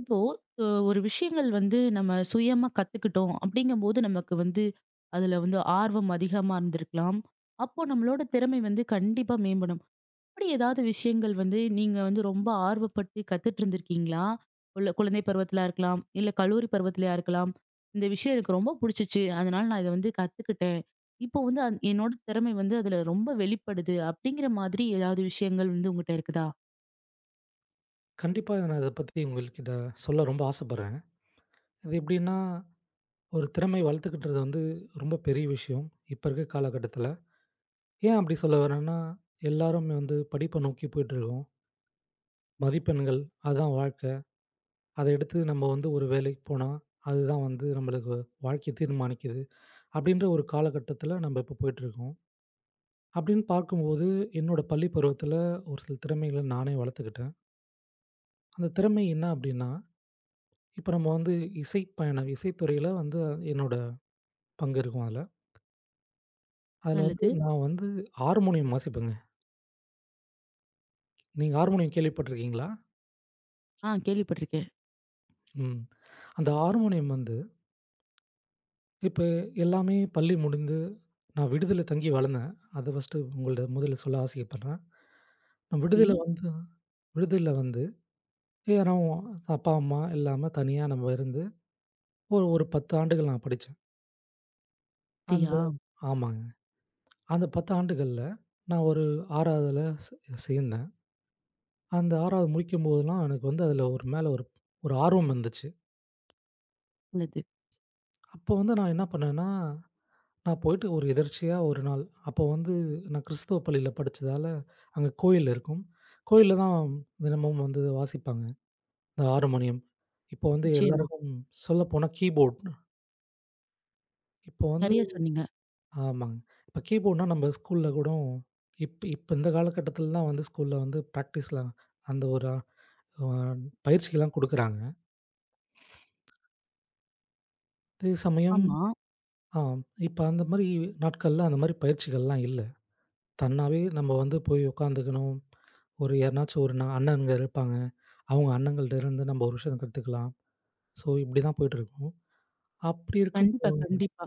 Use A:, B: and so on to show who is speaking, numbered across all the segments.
A: இப்போ ஒரு விஷயங்கள் வந்து நம்ம சுயமா கத்துக்கிட்டோம் அப்படிங்கும்போது நமக்கு வந்து அதுல வந்து ஆர்வம் அதிகமா இருந்திருக்கலாம். அப்போ நம்மளோட திறமை வந்து கண்டிப்பா மேம்படும். அப்படி ஏதாவது விஷயங்கள் வந்து நீங்க வந்து ரொம்ப ஆர்வப்பட்டு கத்துட்டு இருந்திருக்கீங்களா? உள்ள குழந்தை பருவத்திலயா இருக்கலாம், இல்ல கல்லூரி பருவத்திலயா இருக்கலாம். இந்த விஷயம் எனக்கு ரொம்ப புடிச்சுச்சு. அதனால நான் இத வந்து கத்துக்கிட்டேன். இப்போ வந்து என்னோட திறமை வந்து அதுல ரொம்ப வெளிப்படுது. அப்படிங்கிற மாதிரி ஏதாவது விஷயங்கள் வந்து உங்ககிட்ட இருக்குதா?
B: கண்டிப்பா. நான் இத பத்தி உங்கள்கிட்ட சொல்ல ரொம்ப ஆசைப்படுறேன். அது எப்படின்னா, ஒரு திறமை வளர்த்துக்கிட்டறது வந்து ரொம்ப பெரிய விஷயம். இப்ப இருக்க காலகட்டத்தில. ஏன் அப்படி சொல்ல வரேன்னா, எல்லாருமே வந்து படிப்ப நோக்கி போயிட்டுருக்கோம். மதிப்பெண்கள் அதான் வாழ்க்கை. அத எடுத்து நம்ம வந்து ஒரு வேலைக்கு போனா, அதுதான் வந்து நம்மளுக்கு வாழ்க்கைய தீர்மானிக்குது. அப்படின்ற ஒரு காலகட்டத்தில நம்ம இப்ப போயிட்டுருக்கோம். அப்படின்னு பார்க்கும்போது, என்னோட பள்ளி பருவத்தில ஒரு சில திறமைகள நானே வளர்த்துக்கிட்டேன். அந்த திறமை என்ன அப்படின்னா, இப்ப நம்ம வந்து இசை பயணம் இசைத்துறையில வந்து என்னோட பங்கு இருக்கும் அதுல. அதுல வந்து
A: நல்லது.
B: நான் வந்து ஹார்மோனியம் வாசிப்பேங்க. நீங்க ஹார்மோனியம் கேள்விப்பட்டுருக்கீங்களா?
A: ஆ, கேள்விப்பட்டிருக்கேன்.
B: ம். அந்த ஹார்மோனியம் வந்து இப்ப எல்லாமே பள்ளி முடிந்து நான் விடுதில தங்கி வளர்ந்தேன். அத ஃபர்ஸ்ட்டு உங்கள்ட்ட முதல்ல சொல்ல ஆசைப்படுறேன். நான்
A: டி
B: விடுதில வந்து விடுதில வந்து யாரும் அப்பா, அம்மா இல்லாம தனியா நம்ம இருந்து ஒரு ஒரு 10 ஆண்டுகள் நான் படிச்சேன். அந்த
A: அப்படியா?
B: ஆமாங்க. அந்த 10 ஆண்டுகள்ல நான் ஒரு 6வதுல சே சேர்ந்தேன். அந்த 6வது முடிக்கும்போதெல்லாம் எனக்கு வந்து அதுல ஒரு மேல ஒரு ஒரு ஆர்வம் இருந்துச்சு.
A: நல்லது.
B: அப்போ வந்து நான் என்ன பண்ணேன்னா, நான் போயிட்டு ஒரு எதர்ச்சியா ஒரு நாள், அப்போ வந்து நான் கிறிஸ்தவ பள்ளியில படிச்சதால, அங்க கோயில் இருக்கும். கோயில்ல தான் தினமும் வந்து வாசிப்பாங்க, இந்த ஆர்மோனியம். இப்போ வந்து
A: நிச்சயமா.
B: எல்லாருக்கும் சொல்லப்போனா கீபோர்ட். இப்போ வந்து
A: சரியா சொன்னீங்க.
B: ஆமாங்க. இப்போ கீபோர்ட்னா நம்ம ஸ்கூல்ல கூட இப்ப இந்த காலகட்டத்தில தான் வந்து ஸ்கூல்ல வந்து பிராக்டிஸ்லாம் அந்த ஒரு பயிற்சிலாம் குடுக்குறாங்க. அதே சமயம்
A: ஆமா.
B: ஆ இப்ப அந்த மாரி நாட்கள்ல அந்த மாரி பயிற்சிகள்லாம் இல்ல. தன்னாவே நம்ம வந்து போய் உட்காந்துக்கணும். ஒரு யாருனாச்சும் ஒரு நான் அண்ணனுங்க இருப்பாங்க. அவங்க அண்ணங்கள்ட்ட இருந்து நம்ம ஒரு விஷயம் கத்துக்கலாம். ஸோ இப்படி தான் போயிட்டுருக்கும். அப்படி இருக்கும்போ
A: கண்டிப்பா, கண்டிப்பா.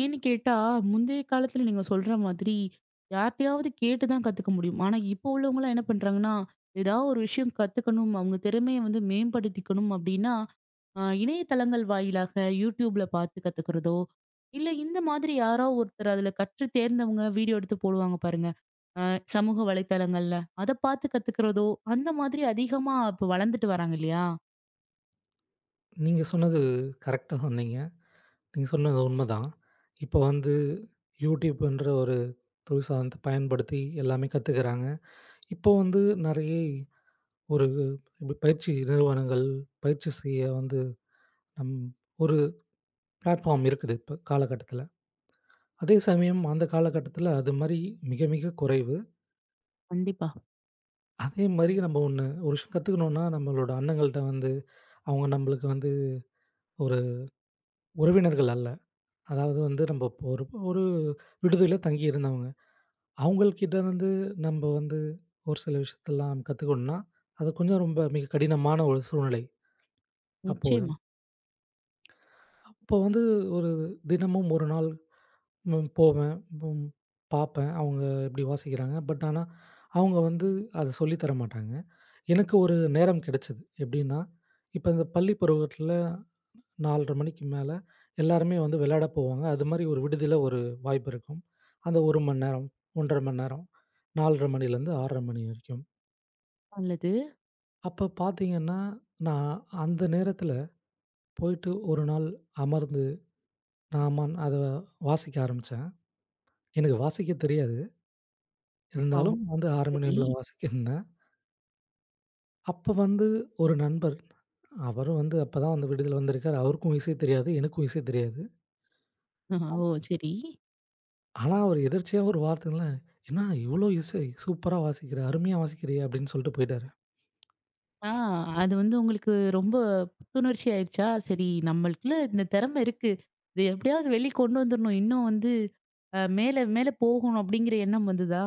A: ஏன்னு கேட்டா, முந்தைய காலத்துல நீங்க சொல்ற மாதிரி யார்ட்டயாவது கேட்டு தான் கத்துக்க முடியும். ஆனா, இப்போ உள்ளவங்கலாம் என்ன பண்றாங்கன்னா, ஏதாவது ஒரு விஷயம் கத்துக்கணும், அவங்க திறமைய வந்து மேம்படுத்திக்கணும் அப்படின்னா, இணையதளங்கள் வாயிலாக YouTubeல பார்த்து கத்துக்கிறதோ, இல்ல இந்த மாதிரி யாரோ ஒருத்தர் அதுல கற்று தேர்ந்தவங்க வீடியோ எடுத்து போடுவாங்க பாருங்க. அ சமூக வலைத்தளங்கள்ல. அத பார்த்து கத்துக்கிறதோ, அந்த மாதிரி அதிகமா இப்ப வளர்ந்துட்டு வராங்க இல்லையா?
B: நீங்க சொன்னது கரெக்ட்டா சொன்னீங்க. நீங்க சொன்னது உண்மதான். இப்போ வந்து யூடியூப்ன்ற ஒரு தொழில்சார்ந்த பயன்படுத்தி எல்லாமே கத்துக்கிறாங்க. இப்போ வந்து நெறைய ஒரு இப்ப பயிற்சி நிறுவனங்கள், பயிற்சி செய்ய வந்து நம் ஒரு பிளாட்ஃபார்ம் இருக்குது இப்ப காலகட்டத்தில. அதே சமயம் அந்த காலகட்டத்தில அது மாரி மிக மிக குறைவு.
A: கண்டிப்பா.
B: அதே மாரி நம்ம ஒண்ணு ஒரு விஷயம் கத்துக்கணும்னா, நம்மளோட அண்ணங்கள்ட்ட வந்து அவங்க நம்மளுக்கு வந்து ஒரு உறவினர்கள் அல்ல. அதாவது வந்து நம்ம இப்போ ஒரு ஒரு விடுதியில தங்கி இருந்தவங்க. அவங்கள்கிட்ட இருந்து நம்ம வந்து ஒரு சில விஷயத்தலாம் கத்துக்கணும்னா, அது கொஞ்சம் ரொம்ப மிக கடினமான ஒரு சூழ்நிலை அப்போதான்.
A: நிச்சயமா.
B: அப்போ வந்து ஒரு தினமும் ஒரு நாள் போவேன், ம் பார்ப்பேன். அவங்க எப்படி வாசிக்கிறாங்க. பட் ஆனா அவங்க வந்து அத சொல்லி தர மாட்டாங்க. எனக்கு ஒரு நேரம் கிடைச்சது. எப்படின்னா, இப்ப இந்த பள்ளி பருவத்தில 4:30 மணிக்கு மேல எல்லாருமே வந்து விளையாட போவாங்க. அது மாரி ஒரு விடுதியில ஒரு வாய்ப்பு இருக்கும். அந்த 1 மணி நேரம், 1 1/2 மணி நேரம், 4:30 மணிலேருந்து 6:30 மணி வரைக்கும்.
A: நல்லது.
B: அப்ப பார்த்தீங்கன்னா, நான் அந்த நேரத்தில போயிட்டு ஒரு நாள் அமர்ந்து ராமான் அத வாசிக்க ஆரம்பிச்சேன். எனக்கு வாசிக்க தெரியாது.
A: ஆ,
B: இருந்தாலும் வந்து
A: சரி.
B: ஹார்மோனியம்ல வாசிக்கிருந்தேன். அப்ப வந்து ஒரு நண்பர் அவரும் வந்து அப்ப தான் வந்து விடுதியில வந்திருக்காரு. அவருக்கும் இசை தெரியாது. எனக்கும் இசை தெரியாது.
A: ஆஹா, ஓ! சரி.
B: ஆனா, அவரு எதர்ச்சியா ஒரு வார்த்தைல, "என்னா இவ்ளோ இசை, சூப்பரா வாசிக்கிற, அருமையா வாசிக்கிறியே!" அப்படின்னு சொல்லிட்டு போயிட்டாரு.
A: ஆ, அது வந்து உங்களுக்கு ரொம்ப புத்துணர்ச்சி ஆயிடுச்சா? சரி, நம்மளுக்குள்ள இந்த திறமை இருக்கு. இத எப்படியாவது வெளிய கொண்டு வந்துரணும். இன்னும் வந்து மேல மேல போகணும் அப்படிங்கிற எண்ணம் வந்துதா?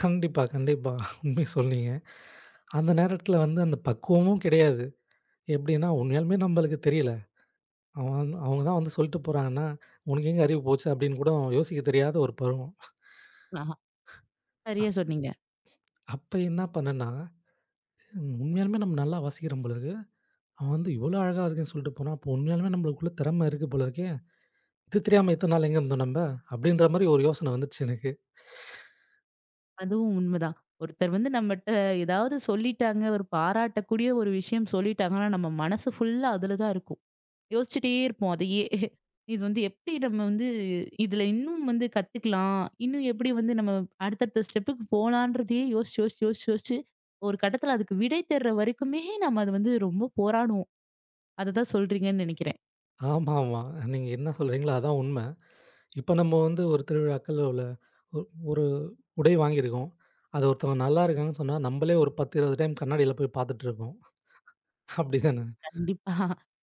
B: கண்டிப்பா, கண்டிப்பா. உண்மைய சொன்னீங்க. அந்த நேரத்துல வந்து அந்த பக்குவமும் கிடையாது. எப்படின்னா, உண்மையாலுமே நம்பளுக்கு தெரியல. அவன் வந்து அவங்க தான் வந்து சொல்லிட்டு போறாங்கன்னா, "உனக்கு எங்க அறிவு போச்சு?" அப்படின்னு கூட யோசிக்க தெரியாத ஒரு பருவம்.
A: ஆஹா. சரியா
B: அப்
A: சொன்னீங்க.
B: அப்ப என்ன பண்ணேன்னா, உண்மையாலுமே நம்ம நல்லா வாசிக்கிறோம் போல இருக்கு. அவன் வந்து இவ்ளோ அழகா இருக்குன்னு சொல்லிட்டு போனா, அப்போ உண்மையாலுமே நம்மளுக்குள்ள திறமை இருக்கு போல இருக்கே! இது தெரியாம இத்தன நாள் எங்க இருந்தோம் நம்ப? அப்படின்ற மாரி ஒரு யோசனை வந்துருச்சு எனக்கு.
A: அதுவும் உண்மதான். ஒருத்தர் வந்து நம்மட்ட ஏதாவது சொல்லிட்டாங்க, ஒரு பாராட்டக்கூடிய ஒரு விஷயம் சொல்லிட்டாங்கன்னா, நம்ம மனசு ஃபுல்லா அதுல தான் இருக்கும். யோசிச்சுட்டே இருப்போம் அதையே. இது வந்து எப்படி நம்ம வந்து இதுல இன்னும் வந்து கத்துக்கலாம்? இன்னும் எப்படி வந்து நம்ம அடுத்தடுத்த ஸ்டெப்புக்கு போலான்றதையே யோசிச்சு, யோசிச்சு, யோசிச்சு, யோசிச்சு ஒரு கட்டத்துல அதுக்கு விடை தேடுற வரைக்குமே நம்ம அது வந்து ரொம்ப போராடுவோம். அததான் சொல்றீங்கன்னு நினைக்கிறேன்.
B: ஆமாமா. நீங்க என்ன சொல்றீங்களோ அதான் உண்ம. இப்ப நம்ம வந்து ஒரு திருவிழாக்கள்ல உள்ள ஒ ஒரு உடை வாங்கியிருக்கோம். அது ஒருத்தவங்க நல்லா இருக்காங்கன்னு சொன்னா, நம்மளே ஒரு 10, 20 டைம் கண்ணாடியில போய் பார்த்துட்டு இருப்போம். அப்படிதானே?
A: கண்டிப்பா.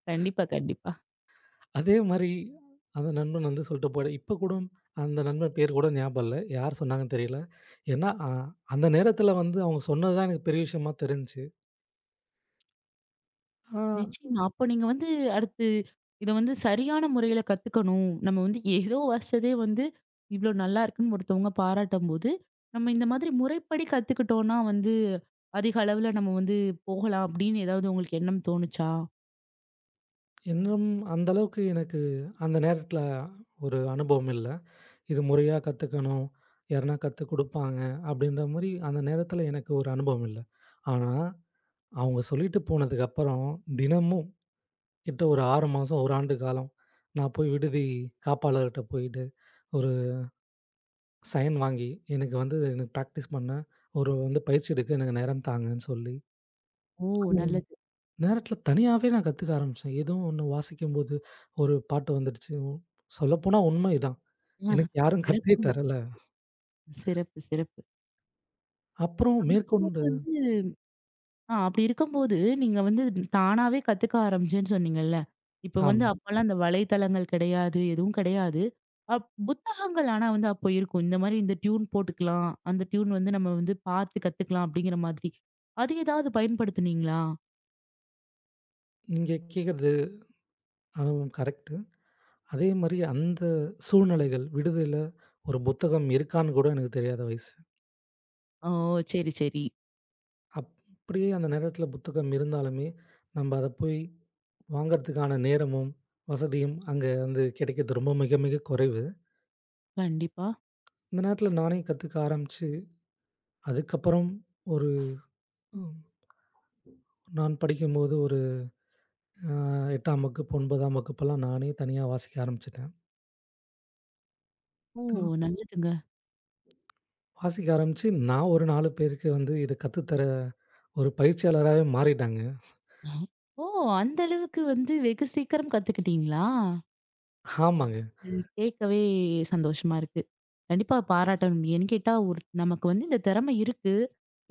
A: கண்டிப்பா, கண்டிப்பா.
B: அதே மாரி அந்த நண்பன் வந்து சொல்லிட்டு போட இப்ப கூட அந்த நண்பன் பேர் கூட ஞாபகம் இல்ல. யார் சொன்னாங்கன்னு தெரியல. ஏன்னா, அந்த நேரத்தில வந்து அவங்க சொன்னது தான் எனக்கு பெரிய விஷயமா தெரிஞ்சுச்சு. ஆனா,
A: நிச்சயமா. அப்ப நீங்க வந்து அடுத்து இத வந்து சரியான முறையில கத்துக்கணும். நம்ம வந்து ஏதோ வாசிச்சதே வந்து இவ்ளோ நல்லா இருக்குன்னு ஒருத்தவங்க பாராட்டும்போது, நம்ம இந்த மாதிரி முறைப்படி கத்துக்கிட்டோம்னா வந்து, அதிக அளவுல நம்ம வந்து போகலாம் அப்படின்னு ஏதாவது உங்களுக்கு எண்ணம் தோணுச்சா?
B: இன்னும் அந்த அளவுக்கு எனக்கு அந்த நேரத்தில ஒரு அனுபவம் இல்ல. இது முறையா கத்துக்கணும். யாருனா கத்துக் குடுப்பாங்க. அப்படின்ற மாரி அந்த நேரத்துல எனக்கு ஒரு அனுபவம் இல்ல. ஆனா, அவங்க சொல்லிட்டு போனதுக்கப்புறம் தினமும் கிட்ட ஒரு 6 மாசம், 1 ஆண்டு காலம் நான் போய் விடுதி காப்பாளர்ட்ட போயிட்டு, ஒரு சைன் வாங்கி, எனக்கு வந்து எனக்கு பிராக்டிஸ் பண்ண ஒரு வந்து பயிற்சி எடுக்க எனக்கு நேரம் தாங்கன்னு சொல்லி,
A: ஓ!
B: அந்த
A: நல்லது.
B: நேரத்துல தனியாவே நான் கத்துக்க ஆரம்பிச்சேன். ஏதோ ஒண்ணு வாசிக்கும்போது ஒரு பாட்டு வந்துடுச்சு. சொல்லப்போனா உண்மை இதான்.
A: ஆஹ்,
B: எனக்கு யாரும் கத்தே
A: சிறப்புங்க.
B: தரல.
A: சிறப்பு, சிறப்பு, சிறப்பு.
B: அப்புறம்
A: அப்படி
B: மேற்கொண்டு
A: இருக்கும்போது ஆ, அப்படி இருக்கும்போது, நீங்க வந்து தானாவே கத்துக்க ஆரம்பிச்சேன்னு சொன்னீங்கல்ல. இப்ப
B: ஆமா.
A: வந்து அப்பலாம் இந்த வலைத்தளங்கள் கிடையாது, எதுவும் கிடையாது. புத்தகங்கள் ஆனா வந்து அப்போ இருக்கும். இந்த மாரி இந்த டியூன் போட்டுக்கலாம். அந்த டியூன் வந்து நம்ம வந்து பார்த்து கத்துக்கலாம் அப்படிங்கிற மாதிரி. அது ஏதாவது பயன்படுத்துனீங்களா?
B: நீங்க கேட்கறது அதுவும் கரெக்ட்டு. அதே மாரி அந்த சூழ்நிலைகள், விடுதியில ஒரு புத்தகம் இருக்கான்னு கூட எனக்கு தெரியாத வயசு.
A: ஓ! சரி, சரி.
B: அப்படியே அந்த நேரத்தில புத்தகம் இருந்தாலுமே, நம்ப அத போய் வாங்கறதுக்கான நேரமும், வசதியும் அங்க வந்து கிடைக்கிறது ரொம்ப மிக மிக குறைவு.
A: கண்டிப்பா.
B: இந்த நேரத்தில நானே கத்துக்க ஆரம்பிச்சு, அதுக்கப்புறம் ஒரு ம் நான் படிக்கும்போது ஒரு அ 8ஆம் வகுப்பு, 9ஆம் வகுப்பெல்லாம் நானே தனியா வாசிக்க ஆரம்பிச்சுட்டேன்.
A: ஓ!
B: து
A: நல்லதுங்க.
B: வாசிக்க ஆரம்பிச்சு, நான் ஒரு 4 பேருக்கு வந்து இத கத்து தர ஒரு பயிற்சியாளராவே மாறிட்டாங்க.
A: ஆ. ஓ! அந்த அளவுக்கு வந்து வெகு சீக்கிரம் கத்துக்கிட்டீங்களா?
B: ஆமாங்க.
A: ம். கேட்கவே சந்தோஷமா இருக்கு. கண்டிப்பா பாராட்டணும். ஏன்னு கேட்டா, ஒரு நமக்கு வந்து இந்த திறமை இருக்கு.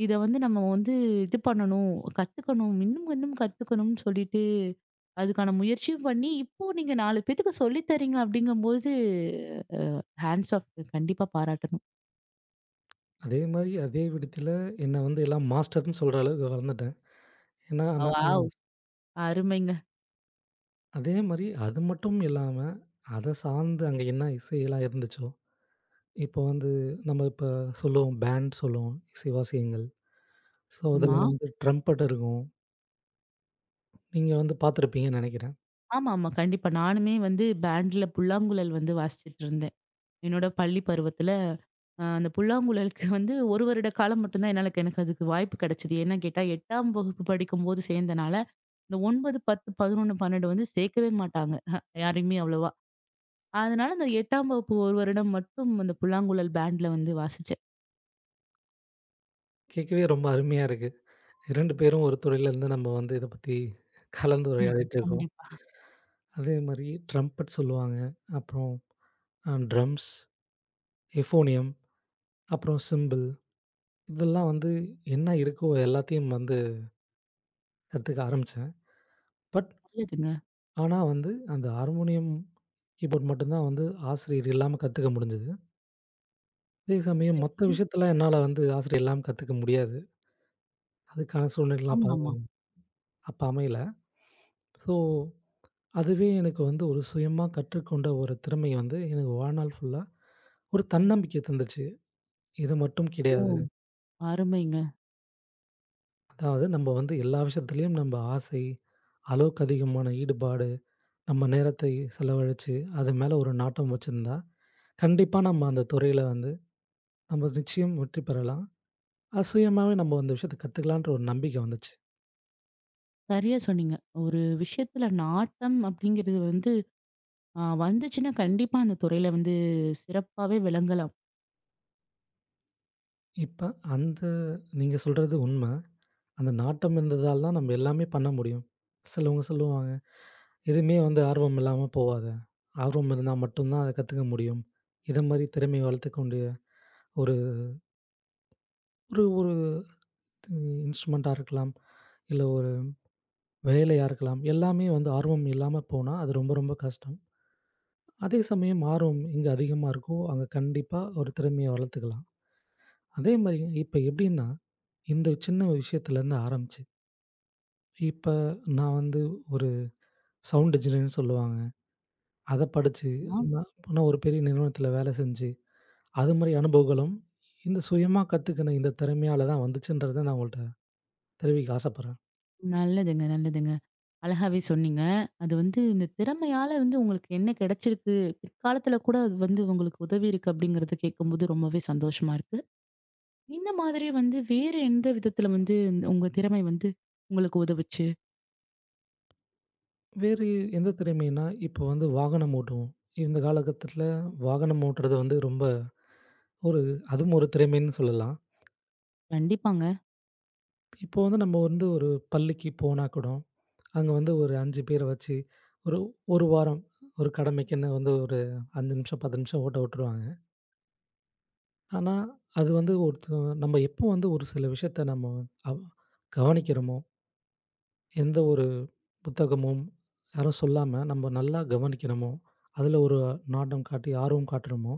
A: இத வந்து நம்ம வந்து இது பண்ணணும், கத்துக்கணும், இன்னும் இன்னும் கத்துக்கணும்னு சொல்லிட்டு, அதுக்கான முயற்சியும் பண்ணி, இப்போ நீங்க 4 பேத்துக்கு சொல்லி தர்றீங்க அப்படிங்கும்போது, ஹேண்ட்ஸ் ஆஃப் கண்டிப்பா பாராட்டணும்.
B: அதே மாரி அதே விடத்தில என்ன வந்து எல்லாம் மாஸ்டர்ன்னு சொல்ற அளவுக்கு வளர்ந்துட்டேன். ஏன்னா, நான்
A: வாவ்! அருமைங்க.
B: அதே மாரி அது மட்டும் இல்லாம, அத சார்ந்து அங்க என்ன இசையெல்லாம் இருந்துச்சோ, இப்போ வந்து நம்ம இப்ப சொல்லுவோம் பேண்ட் சொல்லுவோம், இசைவாசியங்கள். ஸோ அதில
A: ஆமா.
B: வந்து ட்ரம்பட் இருக்கும். நீங்க வந்து பார்த்துருப்பீங்கன்னு நெனைக்கிறேன்.
A: ஆமாமா. கண்டிப்பா. நானுமே வந்து பேண்ட்ல புல்லாங்குழல் வந்து வாசிச்சுட்டு இருந்தேன். என்னோட பள்ளி பருவத்துல. அந்த புல்லாங்குழலுக்கு வந்து 1 வருட காலம் மட்டும் தான் என்னால எனக்கு அதுக்கு வாய்ப்பு கிடைச்சது. ஏன்னு கேட்டா 8ஆம் வகுப்பு படிக்கும்போது சேர்ந்தனால, இந்த 9, 10, 11, 12 வந்து சேர்க்கவே மாட்டாங்க. யாரையுமே அவ்வளவா. அதனால அந்த 8ஆம் வகுப்பு 1 வருடம் மட்டும் அந்த புல்லாங்குழல் பேண்ட்ல வந்து வாசிச்சேன்.
B: கேட்கவே ரொம்ப அருமையா இருக்கு. 2 பேரும் ஒரு துறையிலேருந்து நம்ம வந்து இத பத்தி
A: ம்.
B: கலந்துரையாடிட்டு இருக்கோம்.
A: கண்டிப்பா.
B: அதே மாரி ட்ரம்பட் சொல்லுவாங்க. அப்புறம் அ ட்ரம்ஸ், எஃபோனியம், அப்புறம் சிம்பிள் இதெல்லாம் வந்து என்ன இருக்கோ எல்லாத்தையும் வந்து கத்துக்க ஆரம்பிச்சேன். பட்
A: நல்லதுங்க.
B: ஆனா வந்து அந்த ஹார்மோனியம், கீபோர்ட் மட்டும் தான் வந்து ஆசிரியர் இல்லாம கத்துக்க முடிஞ்சது. அதே சமயம் மத்த
A: ம்.
B: விஷயத்தலாம் என்னால வந்து ஆசிரியர் இல்லாம கத்துக்க முடியாது. அதுக்கான சூழ்நிலைலாம் அப்ப
A: ஆமாமா.
B: அப்ப அமையல. ஸோ அதுவே எனக்கு வந்து ஒரு சுயமா கற்றுக்கொண்ட ஒரு திறமை வந்து எனக்கு வாழ்நாள் ஃபுல்லா ஒரு தன்னம்பிக்கை தந்துச்சு. இது மட்டும்
A: ஓ!
B: கிடையாது.
A: அருமைங்க.
B: அதாவது நம்ம வந்து எல்லா விஷயத்துலயும் நம்ம ஆசை, அளவுக்கு அதிகமான ஈடுபாடு நம்ம நேரத்தை செலவழிச்சு, அது மேல ஒரு நாட்டம் வச்சிருந்தா, கண்டிப்பா நம்ம அந்த துறையில வந்து நம்ம நிச்சயம் வெற்றி பெறலாம். அது சுயமாவே நம்ம அந்த விஷயத்த கத்துக்கலான்ற ஒரு நம்பிக்கை வந்துச்சு.
A: சரியா சொன்னீங்க. ஒரு விஷயத்துல நாட்டம் அப்படிங்கிறது வந்து வந்துச்சுன்னா, கண்டிப்பா அந்த துறையில வந்து சிறப்பாவே விளங்கலாம்.
B: இப்ப அந்த நீங்க சொல்றது உண்ம. அந்த நாட்டம் இருந்ததால தான் நம்ம எல்லாமே பண்ண முடியும். சிலவங்க சொல்லுவாங்க, "எதுவுமே வந்து ஆர்வம் இல்லாம போவாத. ஆர்வம் இருந்தா மட்டும் தான் அத கத்துக்க முடியும்." இத மாரி திறமைய வளர்த்துக்கக்கூடிய ஒரு ஒரு ஒரு இன்ஸ்ட்ருமெண்ட்டா இருக்கலாம். இல்ல ஒரு வேலையா இருக்கலாம். எல்லாமே வந்து ஆர்வம் இல்லாம போனா, அது ரொம்ப ரொம்ப கஷ்டம். அதே சமயம் ஆர்வம் எங்க அதிகமா இருக்கோ, அங்க கண்டிப்பா ஒரு திறமைய வளர்த்துக்கலாம். அதே மாரி இப்ப எப்படின்னா, இந்த சின்ன விஷயத்துலருந்து ஆரம்பிச்சு, இப்ப நான் வந்து ஒரு சவுண்ட் இன்ஜினியர்ன்னு சொல்லுவாங்க. அத படிச்சு,
A: ஆ.
B: நான் நான் ஒரு பெரிய நிறுவனத்துல வேலை செஞ்சு, அது மாரி அனுபவங்களும் இந்த சுயமா கத்துக்கின இந்த திறமையால தான் வந்துச்சுன்றத நான் உங்கள்ட்ட தெரிவிக்க ஆசைப்படுறேன்.
A: நல்லதுங்க, நல்லதுங்க. அழகாவே சொன்னீங்க. அது வந்து இந்த திறமையால வந்து உங்களுக்கு என்ன கிடைச்சிருக்கு? பிற்காலத்துல கூட அது வந்து உங்களுக்கு உதவி இருக்கு அப்படிங்கிறத கேட்கும்போது ரொம்பவே சந்தோஷமா இருக்கு. இந்த மாதிரி வந்து வேறு எந்த விதத்துல வந்து இந்த- உங்க திறமை வந்து உங்களுக்கு உதவுச்சு?
B: வேறு எந்த திறமைன்னா, இப்போ வந்து வாகனம் ஓட்டுவோம். இந்த காலகட்டத்துல வாகனம் ஓட்டுறது வந்து ரொம்ப ஒரு அதுவும் ஒரு திறமைன்னு சொல்லலாம்.
A: கண்டிப்பாங்க.
B: இப்போ வந்து நம்ம வந்து ஒரு பள்ளிக்கு போனா கூட, அங்க வந்து ஒரு 5 பேர வச்சு, ஒரு 1 வாரம் ஒரு கடமைக்குன்னு வந்து ஒரு 5 நிமிஷம், 10 நிமிஷம் ஓட்ட விட்டுருவாங்க. ஆனா, அது வந்து ஒருத்த நம்ம எப்போ வந்து ஒரு சில விஷயத்த நம்ம அவ் கவனிக்கிறோமோ, எந்த ஒரு புத்தகமும் யாரும் சொல்லாம நம்ம நல்லா கவனிக்கிறோமோ, அதில ஒரு நாட்டம் காட்டி ஆர்வம் காட்டுறோமோ,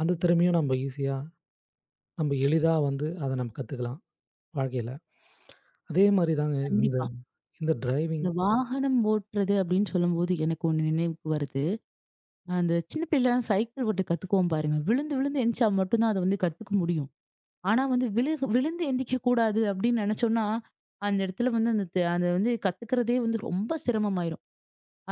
B: அந்த திறமையும் நம்ம ஈஸியா நம்ம எளிதா வந்து அத நம்ம கத்துக்கலாம் வாழ்க்கையில. அதே மாரி தாங்க இந்த
A: கண்டிப்பா.
B: இந்த டிரைவிங்
A: இந்த வாகனம் ஓட்டுறது அப்படின்னு சொல்லும்போது எனக்கு ஒண்ணு நினைவுக்கு வருது. அந்த சின்ன பிள்ளைலாம் சைக்கிள் ஓட்ட கத்துக்குவோம் பாருங்க. விழுந்து விழுந்து எந்திச்சா மட்டும் தான் அத வந்து கத்துக்க முடியும். ஆனா வந்து விழுந்து எந்திக்க கூடாது அப்படின்னு நினைச்சோம்னா, அந்த இடத்துல வந்து அந்த அத வந்து கத்துக்கிறதே வந்து ரொம்ப சிரமமாயிரும்.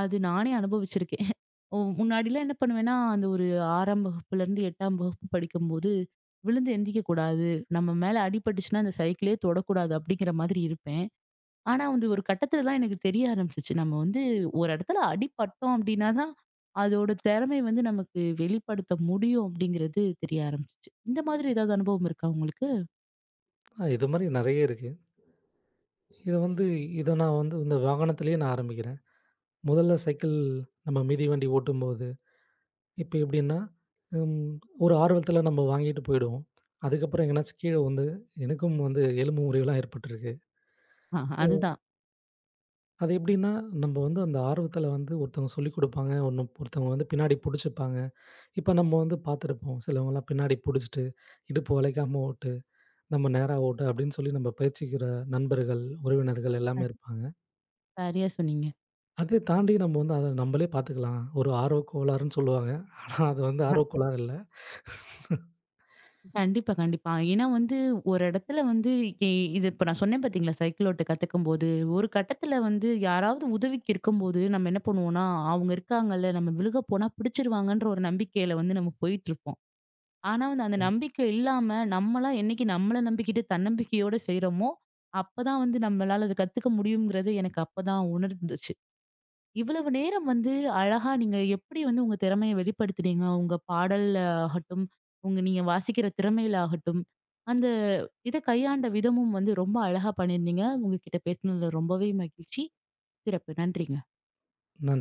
A: அது நானே அனுபவிச்சிருக்கேன். ஓ, முன்னாடிலாம் என்ன பண்ணுவேன்னா, அந்த ஒரு 6ஆம் வகுப்புலேருந்து 8ஆம் வகுப்பு படிக்கும்போது, "விழுந்து எந்திக்க கூடாது. நம்ம மேல அடிபட்டுச்சுன்னா அந்த சைக்கிளே தொடக்கூடாது." அப்படிங்கிற மாதிரி இருப்பேன். ஆனா வந்து ஒரு கட்டத்துல தான் எனக்கு தெரிய ஆரம்பிச்சுச்சு. நம்ம வந்து ஒரு இடத்துல அடிபட்டோம் அப்படின்னா தான், அதோட திறமை வந்து நமக்கு வெளிப்படுத்த முடியும் அப்படிங்கிறது தெரிய ஆரம்பிச்சுச்சு. இந்த மாதிரி ஏதாவது அனுபவம் இருக்கா உங்களுக்கு?
B: இது மாரி நெறைய இருக்கு. இத வந்து இத நான் வந்து இந்த வாகனத்திலேயே நான் ஆரம்பிக்கிறேன். முதல்ல சைக்கிள் நம்ம மிதிவண்டி ஓட்டும்போது, இப்ப எப்படின்னா, ம் ஒரு ஆர்வத்தில நம்ம வாங்கிட்டு போயிடுவோம். அதுக்கப்புறம் எங்கனாச்சும் கீழ வந்து எனக்கும் வந்து எலும்பு முறிவுலாம் ஏற்பட்டிருக்கு.
A: ஆ,
B: ஓ!
A: அதுதான்.
B: அது எப்படின்னா, நம்ம வந்து அந்த ஆர்வத்தில வந்து ஒருத்தவங்க சொல்லிக் குடுப்பாங்க, ஒன்னு ஒருத்தவங்க வந்து பின்னாடி புடிச்சுப்பாங்க. இப்ப நம்ம வந்து பார்த்துருப்போம், சிலவங்கலாம் பின்னாடி புடிச்சுட்டு, இடுப்பு வளைக்காம ஓட்டு, நம்ம நேரா ஓட்டு அப்படின்னு சொல்லி நம்ம பயிற்சிக்கிற நண்பர்கள், உறவினர்கள் எல்லாமே
A: அத்
B: இருப்பாங்க.
A: சரியா சொன்னீங்க.
B: அதை தாண்டி நம்ம வந்து அத நம்மளே பார்த்துக்கலாம். ஒரு ஆர்வக் கோளாறுன்னு சொல்லுவாங்க. ஆனா அது வந்து
A: அ.
B: ஆர்வக் கோளாறு இல்ல.
A: கண்டிப்பா, கண்டிப்பா. ஏன்னா வந்து ஒரு இடத்துல வந்து இ இது இப்ப நான் சொன்னேன் பார்த்தீங்களா? சைக்கிள் ஓட்ட கத்துக்கும்போது, ஒரு கட்டத்துல வந்து யாராவது உதவிக்கு இருக்கும்போது, நம்ம என்ன பண்ணுவோம்னா, அவங்க இருக்காங்கல்ல, நம்ம விழுக போனா பிடிச்சிருவாங்கன்ற ஒரு நம்பிக்கையில வந்து நம்ம போயிட்டுருப்போம். ஆனா வந்து அந்த
B: ம்.
A: நம்பிக்கை இல்லாம, நம்மளா என்னைக்கு நம்மள நம்பிக்கிட்டு தன்னம்பிக்கையோட செய்றோமோ, அப்பதான் வந்து நம்மளால அத கத்துக்க முடியுங்கிறது எனக்கு அப்பதான் உணர்ந்துச்சு. இவ்வளவு நேரம் வந்து அழகா நீங்க எப்படி வந்து உங்க திறமைய வெளிப்படுத்துனீங்க? உங்க பாடல்ல ஆகட்டும், உங்க நீங்க வாசிக்கிற திறமையில ஆகட்டும், அந்த இத கையாண்ட விதமும் வந்து ரொம்ப அழகா பண்ணியிருந்தீங்க. உங்ககிட்ட பேசினதுல ரொம்பவே மகிழ்ச்சி. சிறப்பு. நன்றிங்க.
B: நன்றி.